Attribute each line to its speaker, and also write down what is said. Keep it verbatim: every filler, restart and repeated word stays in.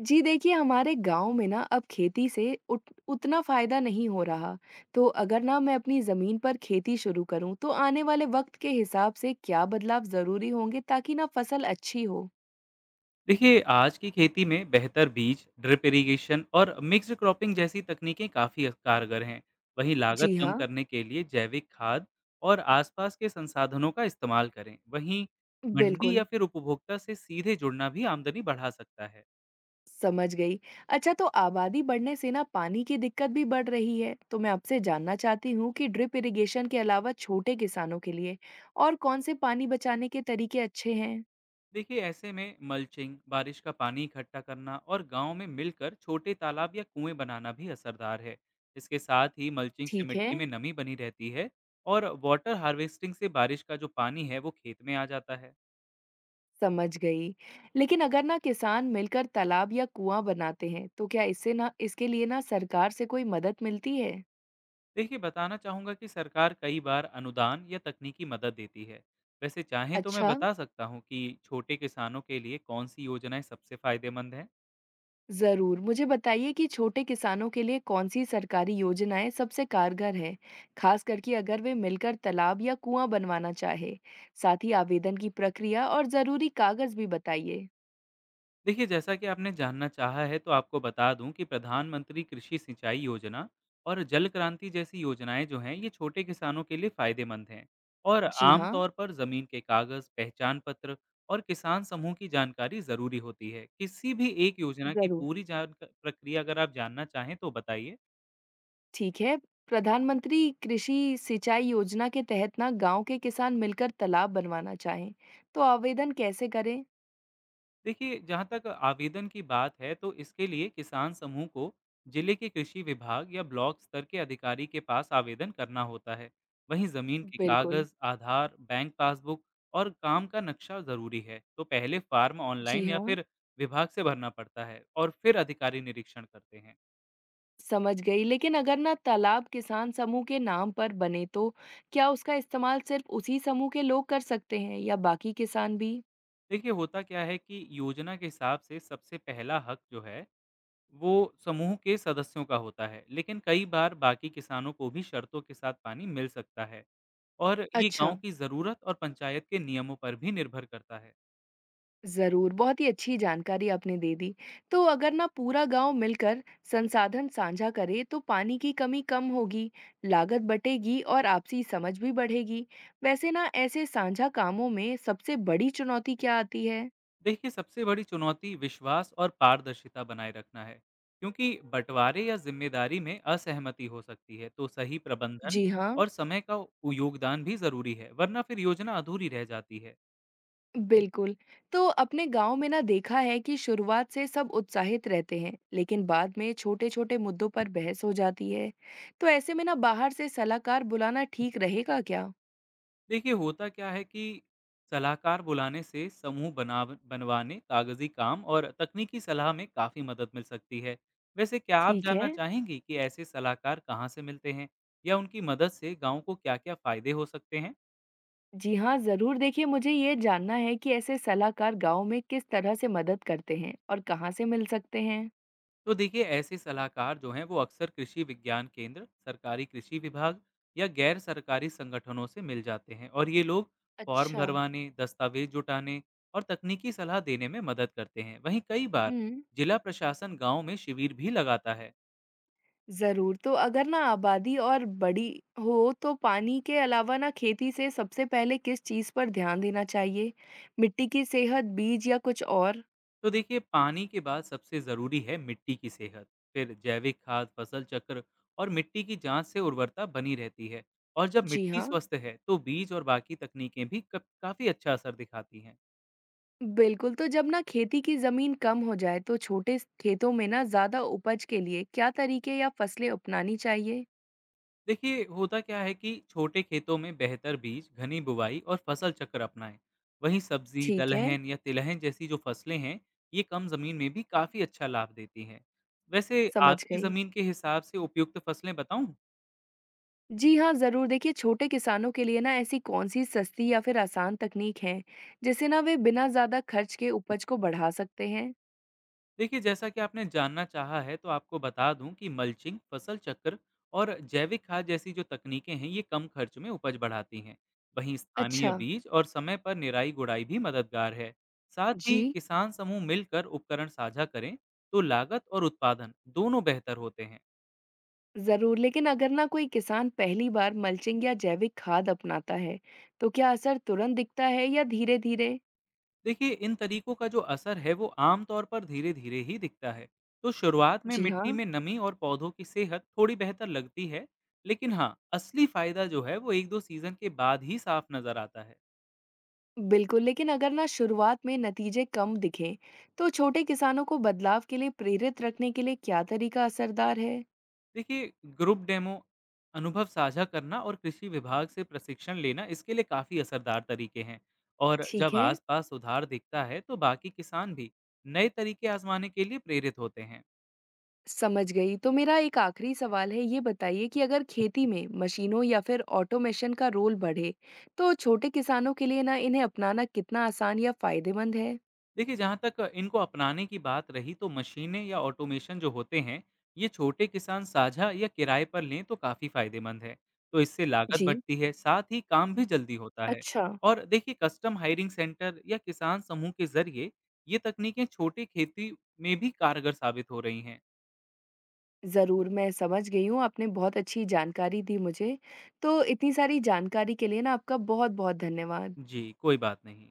Speaker 1: जी देखिए, हमारे गाँव में ना अब खेती से उत उतना फ़ायदा नहीं हो रहा। तो अगर ना मैं अपनी ज़मीन पर खेती शुरू करूँ, तो आने वाले वक़्त के हिसाब से क्या बदलाव ज़रूरी होंगे ताकि ना फ़सल अच्छी हो?
Speaker 2: देखिए आज की खेती में बेहतर बीज, ड्रिप इरिगेशन और मिक्स्ड क्रॉपिंग जैसी तकनीकें काफ़ी कारगर हैं। वहीं लागत
Speaker 1: जी
Speaker 2: कम
Speaker 1: हाँ,
Speaker 2: करने के लिए जैविक खाद और आसपास के संसाधनों का इस्तेमाल करें। वहीं मंडी या
Speaker 1: बिल्कुल,
Speaker 2: फिर उपभोक्ता से सीधे जुड़ना भी आमदनी बढ़ा सकता है।
Speaker 1: समझ गई। अच्छा, तो आबादी बढ़ने से ना पानी की दिक्कत भी बढ़ रही है। तो मैं आपसे जानना चाहती हूँ कि ड्रिप इरिगेशन के अलावा छोटे किसानों के लिए और कौन से पानी बचाने के तरीके अच्छे हैं?
Speaker 2: देखिए, ऐसे में मल्चिंग, बारिश का पानी इकट्ठा करना और गांव में मिलकर छोटे तालाब या कुएं बनाना भी असरदार है। इसके साथ ही मल्चिंग से
Speaker 1: ठीक है।
Speaker 2: मिट्टी में नमी बनी रहती है और वाटर हार्वेस्टिंग से बारिश का जो पानी है वो खेत में आ जाता है।
Speaker 1: समझ गई। लेकिन अगर ना किसान मिलकर तालाब या कुआं बनाते हैं, तो क्या इससे ना इसके लिए ना सरकार से कोई मदद मिलती है?
Speaker 2: देखिए, बताना चाहूँगा कि सरकार कई बार अनुदान या तकनीकी मदद देती है। वैसे चाहें तो मैं
Speaker 1: अच्छा।
Speaker 2: बता सकता हूँ कि छोटे किसानों के लिए कौन सी योजनाएं सबसे फायदेमंद हैं।
Speaker 1: ज़रूर। मुझे बताइए कि छोटे किसानों के लिए कौन सी सरकारी योजनाएं सबसे कारगर है, खास करके अगर वे मिलकर तालाब या कुआं बनवाना चाहे। साथ ही आवेदन की प्रक्रिया और ज़रूरी कागज़ भी बताइए।
Speaker 2: देखिए, जैसा कि आपने जानना चाहा है तो आपको बता दूं कि प्रधानमंत्री कृषि सिंचाई योजना और जल क्रांति जैसी योजनाएं जो हैं ये छोटे किसानों के लिए फायदेमंद हैं। और
Speaker 1: जी हाँ,
Speaker 2: आमतौर पर जमीन के कागज, पहचान पत्र और किसान समूह की जानकारी जरूरी होती है। किसी भी एक योजना की
Speaker 1: ज़रूर।
Speaker 2: पूरी जान प्रक्रिया अगर आप जानना चाहें तो बताइए।
Speaker 1: ठीक है। प्रधानमंत्री कृषि सिंचाई योजना के तहत ना गांव के किसान मिलकर तालाब बनवाना चाहें तो आवेदन कैसे करें।
Speaker 2: देखिए, जहाँ तक आवेदन की बात है, तो इसके लिए किसान समूह को जिले के कृषि विभाग या ब्लॉक स्तर के अधिकारी के पास आवेदन करना होता है। वहीं ज़मीन के
Speaker 1: बिल्कुल।
Speaker 2: कागज़, आधार, बैंक पासबुक और काम का नक्शा ज़रूरी है। तो पहले फॉर्म
Speaker 1: जी
Speaker 2: ऑनलाइन या
Speaker 1: हाँ।
Speaker 2: फिर विभाग से भरना पड़ता है और फिर अधिकारी निरीक्षण करते हैं।
Speaker 1: समझ गई, लेकिन अगर ना तालाब किसान समूह के नाम पर बने तो क्या उसका इस्तेमाल सिर्फ उसी समूह के लोग कर सकते हैं या बाकी किसान भी?
Speaker 2: देखिए, होता क्या है कि योजना के हिसाब से सबसे पहला हक जो है, वो समूह के सदस्यों का होता है, लेकिन कई बार बाकी किसानों को भी शर्तों के साथ पानी मिल सकता है। और ये
Speaker 1: अच्छा।
Speaker 2: गाँव की ज़रूरत और पंचायत के नियमों पर भी निर्भर करता है।
Speaker 1: ज़रूर, बहुत ही अच्छी जानकारी आपने दे दी। तो अगर ना पूरा गाँव मिलकर संसाधन साझा करे, तो पानी की कमी कम होगी, लागत बटेगी और आपसी समझ भी बढ़ेगी। वैसे ना ऐसे साझा कामों में सबसे बड़ी चुनौती क्या आती है?
Speaker 2: देखिए, सबसे बड़ी चुनौती विश्वास और पारदर्शिता बनाए रखना है, क्योंकि बँटवारे या ज़िम्मेदारी में असहमति हो सकती है, तो सही प्रबंधन
Speaker 1: जी हाँ,
Speaker 2: और समय का उ योगदान भी ज़रूरी है, वरना फिर योजना अधूरी रह जाती है।
Speaker 1: बिल्कुल। तो अपने गांव में ना देखा है कि शुरुआत से सब उत्साहित रहते हैं, लेकिन बाद में छोटे-छोटे मुद्दों पर बहस हो जाती है। तो ऐसे में ना बाहर से सलाहकार बुलाना ठीक रहेगा क्या?
Speaker 2: देखिए, होता क्या है कि सलाहकार बुलाने से समूह बना बनवाने, कागजी काम और तकनीकी सलाह में काफी मदद मिल सकती है। वैसे क्या आप
Speaker 1: ठीक है।
Speaker 2: जानना चाहेंगी कि ऐसे सलाहकार कहाँ से मिलते हैं या उनकी मदद से गांव को क्या-क्या फायदे हो सकते हैं?
Speaker 1: जी हाँ, ज़रूर। देखिए, मुझे ये जानना है कि ऐसे सलाहकार गाँव में किस तरह से मदद करते हैं और कहाँ से मिल सकते हैं?
Speaker 2: तो देखिए, ऐसे सलाहकार जो हैं वो अक्सर कृषि विज्ञान केंद्र, सरकारी कृषि विभाग या गैर सरकारी संगठनों से मिल जाते हैं। और ये लोग फॉर्म
Speaker 1: अच्छा।
Speaker 2: भरवाने, दस्तावेज जुटाने और तकनीकी सलाह देने में मदद करते हैं। वहीं कई बार
Speaker 1: हम्म।
Speaker 2: जिला प्रशासन गांव में शिविर भी लगाता है।
Speaker 1: ज़रूर, तो अगर ना आबादी और बड़ी हो तो पानी के अलावा ना खेती से सबसे पहले किस चीज़ पर ध्यान देना चाहिए? मिट्टी की सेहत, बीज या कुछ और?
Speaker 2: तो देखिए, पानी के बाद सबसे ज़रूरी है मिट्टी की सेहत। फिर जैविक खाद, फसल चक्र और मिट्टी की जांच से उर्वरता बनी रहती है। और जब
Speaker 1: जी
Speaker 2: मिट्टी
Speaker 1: हाँ।
Speaker 2: स्वस्थ है तो बीज और बाकी तकनीकें भी काफ़ी अच्छा असर दिखाती हैं।
Speaker 1: बिल्कुल, तो जब ना खेती की ज़मीन कम हो जाए तो छोटे स- खेतों में ना ज़्यादा उपज के लिए क्या तरीके या फसलें अपनानी चाहिए?
Speaker 2: देखिए, होता क्या है कि छोटे खेतों में बेहतर बीज, घनी बुवाई और फसल चक्र अपनाएं। वहीं सब्जी,
Speaker 1: ठीक है,
Speaker 2: दलहन या तिलहन जैसी जो फसलें हैं ये कम जमीन में भी काफी अच्छा लाभ देती हैं। वैसे
Speaker 1: समझ
Speaker 2: आपकी
Speaker 1: गई।
Speaker 2: जमीन के हिसाब से उपयुक्त फसलें बताऊं?
Speaker 1: जी हाँ, ज़रूर। देखिए, छोटे किसानों के लिए ना ऐसी कौन-सी सस्ती या फिर आसान तकनीक है, जिससे ना वे बिना ज़्यादा खर्च के उपज को बढ़ा सकते हैं?
Speaker 2: देखिए, जैसा कि आपने जानना चाहा है तो आपको बता दूं कि मल्चिंग, फसल चक्र और जैविक खाद जैसी जो तकनीकें हैं ये कम खर्च में उपज बढ़ाती हैं। वहीं स्थानीय
Speaker 1: अच्छा।
Speaker 2: बीज और समय पर निराई गुड़ाई भी मददगार है। साथ ही
Speaker 1: जी।
Speaker 2: किसान समूह मिलकर उपकरण साझा करें तो लागत और उत्पादन दोनों बेहतर होते हैं।
Speaker 1: ज़रूर, लेकिन अगर ना कोई किसान पहली बार मल्चिंग या जैविक खाद अपनाता है, तो क्या असर तुरंत दिखता है या धीरे-धीरे?
Speaker 2: देखिए, इन तरीकों का जो असर है वो आमतौर पर धीरे धीरे ही दिखता है। तो शुरुआत में
Speaker 1: जी
Speaker 2: मिट्टी
Speaker 1: हाँ।
Speaker 2: में नमी और पौधों की सेहत थोड़ी बेहतर लगती है, लेकिन हाँ, असली फायदा जो है वो एक दो सीजन के बाद ही साफ नजर आता है।
Speaker 1: बिल्कुल, लेकिन अगर ना शुरुआत में नतीजे कम दिखें, तो छोटे किसानों को बदलाव के लिए प्रेरित रखने के लिए क्या तरीका असरदार है?
Speaker 2: देखिए, ग्रुप डेमो, अनुभव साझा करना और कृषि विभाग से प्रशिक्षण लेना इसके लिए काफी असरदार तरीके हैं। और
Speaker 1: ठीक
Speaker 2: जब
Speaker 1: है।
Speaker 2: आसपास सुधार दिखता है तो बाकी किसान भी नए तरीके आजमाने के लिए प्रेरित होते हैं।
Speaker 1: समझ गई। तो मेरा एक आखिरी सवाल है, ये बताइए कि अगर खेती में मशीनों या फिर ऑटोमेशन का रोल बढ़े, तो छोटे किसानों के लिए ना इन्हें अपनाना कितना आसान या फायदेमंद है?
Speaker 2: देखिए, जहाँ तक इनको अपनाने की बात रही तो मशीनें या ऑटोमेशन जो होते हैं ये छोटे किसान साझा या किराए पर लें तो काफ़ी फायदेमंद है। तो इससे लागत
Speaker 1: जी।
Speaker 2: बढ़ती है, साथ ही काम भी जल्दी होता है।
Speaker 1: अच्छा।
Speaker 2: और देखिए, कस्टम हायरिंग सेंटर या किसान समूह के जरिए ये तकनीकें छोटे खेती में भी कारगर साबित हो रही हैं।
Speaker 1: ज़रूर, मैं समझ गई हूँ। आपने बहुत अच्छी जानकारी दी मुझे। तो इतनी सारी जानकारी के लिए ना आपका बहुत-बहुत धन्यवाद।
Speaker 2: जी, कोई बात नहीं।